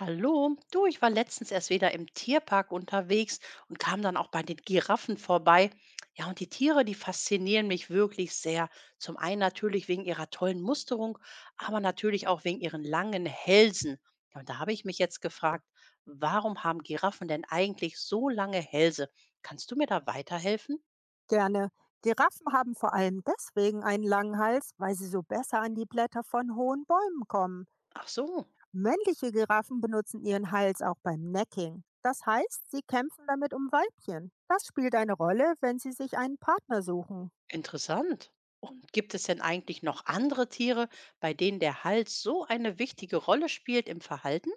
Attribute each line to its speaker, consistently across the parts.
Speaker 1: Hallo, du, ich war letztens erst wieder im Tierpark unterwegs und kam dann auch bei den Giraffen vorbei. Ja, und die Tiere, die faszinieren mich wirklich sehr. Zum einen natürlich wegen ihrer tollen Musterung, aber natürlich auch wegen ihren langen Hälsen. Ja, und da habe ich mich jetzt gefragt, warum haben Giraffen denn eigentlich so lange Hälse? Kannst du mir da weiterhelfen?
Speaker 2: Gerne. Giraffen haben vor allem deswegen einen langen Hals, weil sie so besser an die Blätter von hohen Bäumen kommen.
Speaker 1: Ach so,
Speaker 2: Männliche Giraffen benutzen ihren Hals auch beim Necking. Das heißt, sie kämpfen damit um Weibchen. Das spielt eine Rolle, wenn sie sich einen Partner suchen.
Speaker 1: interessant. Und gibt es denn eigentlich noch andere Tiere, bei denen der Hals so eine wichtige Rolle spielt im Verhalten?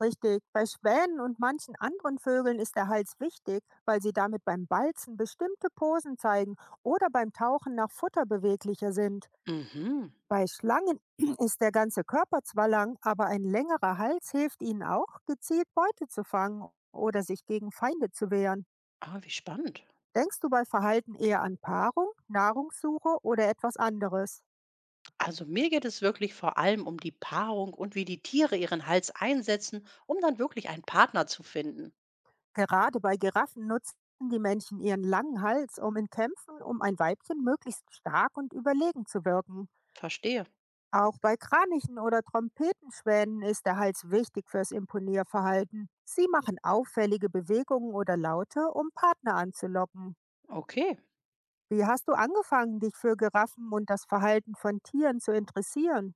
Speaker 2: Richtig, bei Schwänen und manchen anderen Vögeln ist der Hals wichtig, weil sie damit beim Balzen bestimmte Posen zeigen oder beim Tauchen nach Futter beweglicher sind.
Speaker 1: Mhm.
Speaker 2: Bei Schlangen ist der ganze Körper zwar lang, aber ein längerer Hals hilft ihnen auch, gezielt Beute zu fangen oder sich gegen Feinde zu wehren.
Speaker 1: Ah, wie spannend.
Speaker 2: Denkst du bei Verhalten eher an Paarung, Nahrungssuche oder etwas anderes?
Speaker 1: Also mir geht es wirklich vor allem um die Paarung und wie die Tiere ihren Hals einsetzen, um dann wirklich einen Partner zu finden.
Speaker 2: Gerade bei Giraffen nutzen die Männchen ihren langen Hals, um in Kämpfen um ein Weibchen möglichst stark und überlegen zu wirken.
Speaker 1: Verstehe.
Speaker 2: Auch bei Kranichen oder Trompetenschwänen ist der Hals wichtig fürs Imponierverhalten. Sie machen auffällige Bewegungen oder Laute, um Partner anzulocken.
Speaker 1: Okay.
Speaker 2: Wie hast du angefangen, dich für Giraffen und das Verhalten von Tieren zu interessieren?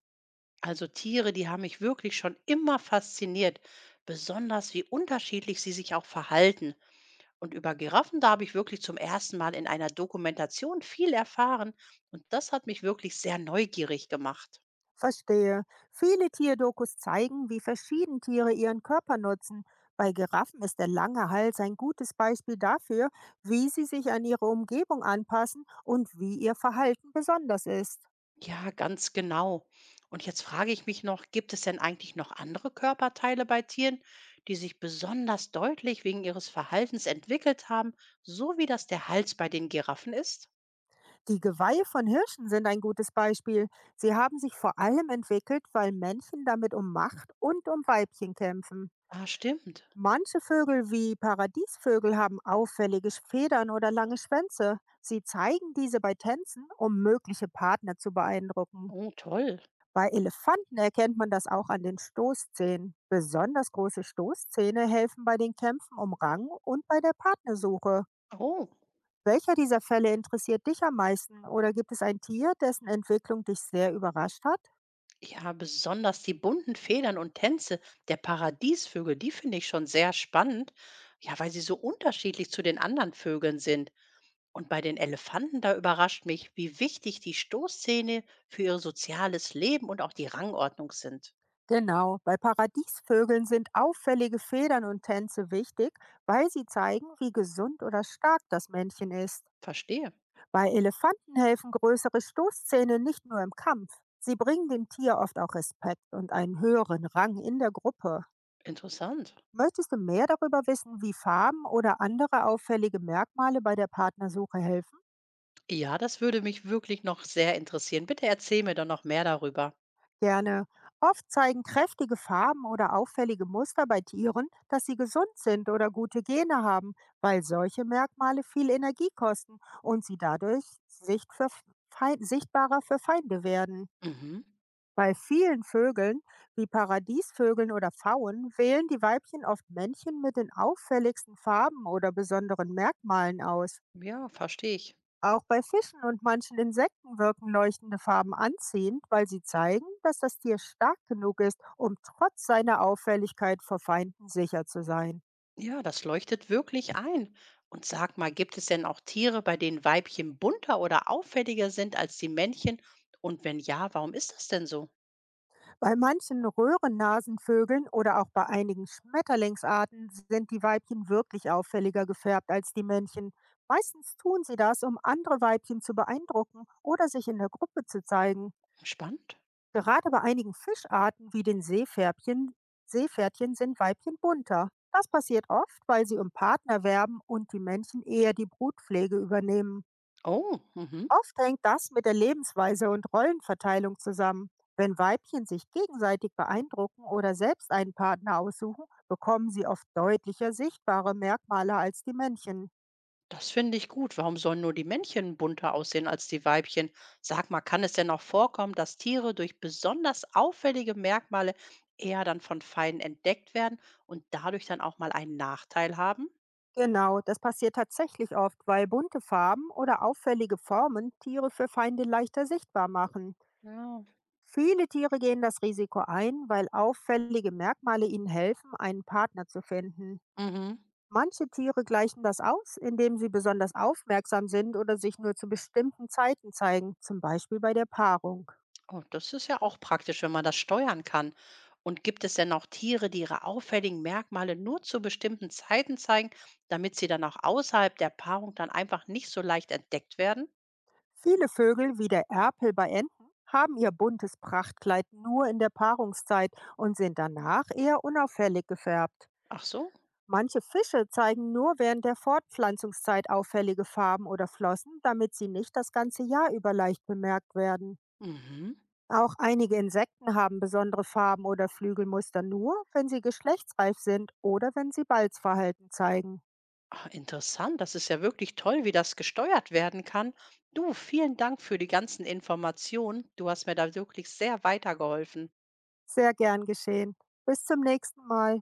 Speaker 1: Also Tiere, die haben mich wirklich schon immer fasziniert, besonders wie unterschiedlich sie sich auch verhalten. Und über Giraffen, da habe ich wirklich zum ersten Mal in einer Dokumentation viel erfahren und das hat mich wirklich sehr neugierig gemacht.
Speaker 2: Verstehe. Viele Tierdokus zeigen, wie verschieden Tiere ihren Körper nutzen. Bei Giraffen ist der lange Hals ein gutes Beispiel dafür, wie sie sich an ihre Umgebung anpassen und wie ihr Verhalten besonders ist.
Speaker 1: Ja, ganz genau. Und jetzt frage ich mich noch, gibt es denn eigentlich noch andere Körperteile bei Tieren, die sich besonders deutlich wegen ihres Verhaltens entwickelt haben, so wie das der Hals bei den Giraffen ist?
Speaker 2: Die Geweihe von Hirschen sind ein gutes Beispiel. Sie haben sich vor allem entwickelt, weil Männchen damit um Macht und um Weibchen kämpfen.
Speaker 1: Ah, stimmt.
Speaker 2: Manche Vögel wie Paradiesvögel haben auffällige Federn oder lange Schwänze. Sie zeigen diese bei Tänzen, um mögliche Partner zu beeindrucken.
Speaker 1: Oh, toll.
Speaker 2: Bei Elefanten erkennt man das auch an den Stoßzähnen. Besonders große Stoßzähne helfen bei den Kämpfen um Rang und bei der Partnersuche.
Speaker 1: Oh,
Speaker 2: Welcher dieser Fälle interessiert dich am meisten oder gibt es ein Tier, dessen Entwicklung dich sehr überrascht hat?
Speaker 1: ja, besonders die bunten Federn und Tänze der Paradiesvögel, die finde ich schon sehr spannend, ja, weil sie so unterschiedlich zu den anderen Vögeln sind. Und bei den Elefanten, da überrascht mich, wie wichtig die Stoßzähne für ihr soziales Leben und auch die Rangordnung sind.
Speaker 2: Genau, bei Paradiesvögeln sind auffällige Federn und Tänze wichtig, weil sie zeigen, wie gesund oder stark das Männchen ist.
Speaker 1: Verstehe.
Speaker 2: Bei Elefanten helfen größere Stoßzähne nicht nur im Kampf, sie bringen dem Tier oft auch Respekt und einen höheren Rang in der Gruppe.
Speaker 1: Interessant.
Speaker 2: Möchtest du mehr darüber wissen, wie Farben oder andere auffällige Merkmale bei der Partnersuche helfen?
Speaker 1: Ja, das würde mich wirklich noch sehr interessieren. Bitte erzähl mir doch noch mehr darüber.
Speaker 2: Gerne. Oft zeigen kräftige Farben oder auffällige Muster bei Tieren, dass sie gesund sind oder gute Gene haben, weil solche Merkmale viel Energie kosten und sie dadurch sichtbarer für Feinde werden.
Speaker 1: Mhm.
Speaker 2: Bei vielen Vögeln, wie Paradiesvögeln oder Pfauen, wählen die Weibchen oft Männchen mit den auffälligsten Farben oder besonderen Merkmalen aus.
Speaker 1: Ja, verstehe ich.
Speaker 2: Auch bei Fischen und manchen Insekten wirken leuchtende Farben anziehend, weil sie zeigen, dass das Tier stark genug ist, um trotz seiner Auffälligkeit vor Feinden sicher zu sein.
Speaker 1: Ja, das leuchtet wirklich ein. Und sag mal, gibt es denn auch Tiere, bei denen Weibchen bunter oder auffälliger sind als die Männchen? Und wenn ja, warum ist das denn so?
Speaker 2: Bei manchen Röhrennasenvögeln oder auch bei einigen Schmetterlingsarten sind die Weibchen wirklich auffälliger gefärbt als die Männchen. Meistens tun sie das, um andere Weibchen zu beeindrucken oder sich in der Gruppe zu zeigen.
Speaker 1: Spannend.
Speaker 2: Gerade bei einigen Fischarten wie den Seepferdchen, sind Weibchen bunter. Das passiert oft, weil sie um Partner werben und die Männchen eher die Brutpflege übernehmen.
Speaker 1: Oh, mhm.
Speaker 2: Oft hängt das mit der Lebensweise und Rollenverteilung zusammen. Wenn Weibchen sich gegenseitig beeindrucken oder selbst einen Partner aussuchen, bekommen sie oft deutlicher sichtbare Merkmale als die Männchen.
Speaker 1: Das finde ich gut. Warum sollen nur die Männchen bunter aussehen als die Weibchen? Sag mal, kann es denn auch vorkommen, dass Tiere durch besonders auffällige Merkmale eher dann von Feinden entdeckt werden und dadurch dann auch mal einen Nachteil haben?
Speaker 2: Genau, das passiert tatsächlich oft, weil bunte Farben oder auffällige Formen Tiere für Feinde leichter sichtbar machen.
Speaker 1: Ja.
Speaker 2: Viele Tiere gehen das Risiko ein, weil auffällige Merkmale ihnen helfen, einen Partner zu finden.
Speaker 1: Mhm.
Speaker 2: Manche Tiere gleichen das aus, indem sie besonders aufmerksam sind oder sich nur zu bestimmten Zeiten zeigen, zum Beispiel bei der Paarung.
Speaker 1: Oh, das ist ja auch praktisch, wenn man das steuern kann. Und gibt es denn auch Tiere, die ihre auffälligen Merkmale nur zu bestimmten Zeiten zeigen, damit sie dann auch außerhalb der Paarung dann einfach nicht so leicht entdeckt werden?
Speaker 2: Viele Vögel, wie der Erpel bei Enten, haben ihr buntes Prachtkleid nur in der Paarungszeit und sind danach eher unauffällig gefärbt.
Speaker 1: Ach so.
Speaker 2: Manche Fische zeigen nur während der Fortpflanzungszeit auffällige Farben oder Flossen, damit sie nicht das ganze Jahr über leicht bemerkt werden.
Speaker 1: Mhm.
Speaker 2: Auch einige Insekten haben besondere Farben oder Flügelmuster nur, wenn sie geschlechtsreif sind oder wenn sie Balzverhalten zeigen.
Speaker 1: Ah, interessant, das ist ja wirklich toll, wie das gesteuert werden kann. Du, vielen Dank für die ganzen Informationen. Du hast mir da wirklich sehr weitergeholfen.
Speaker 2: Sehr gern geschehen. Bis zum nächsten Mal.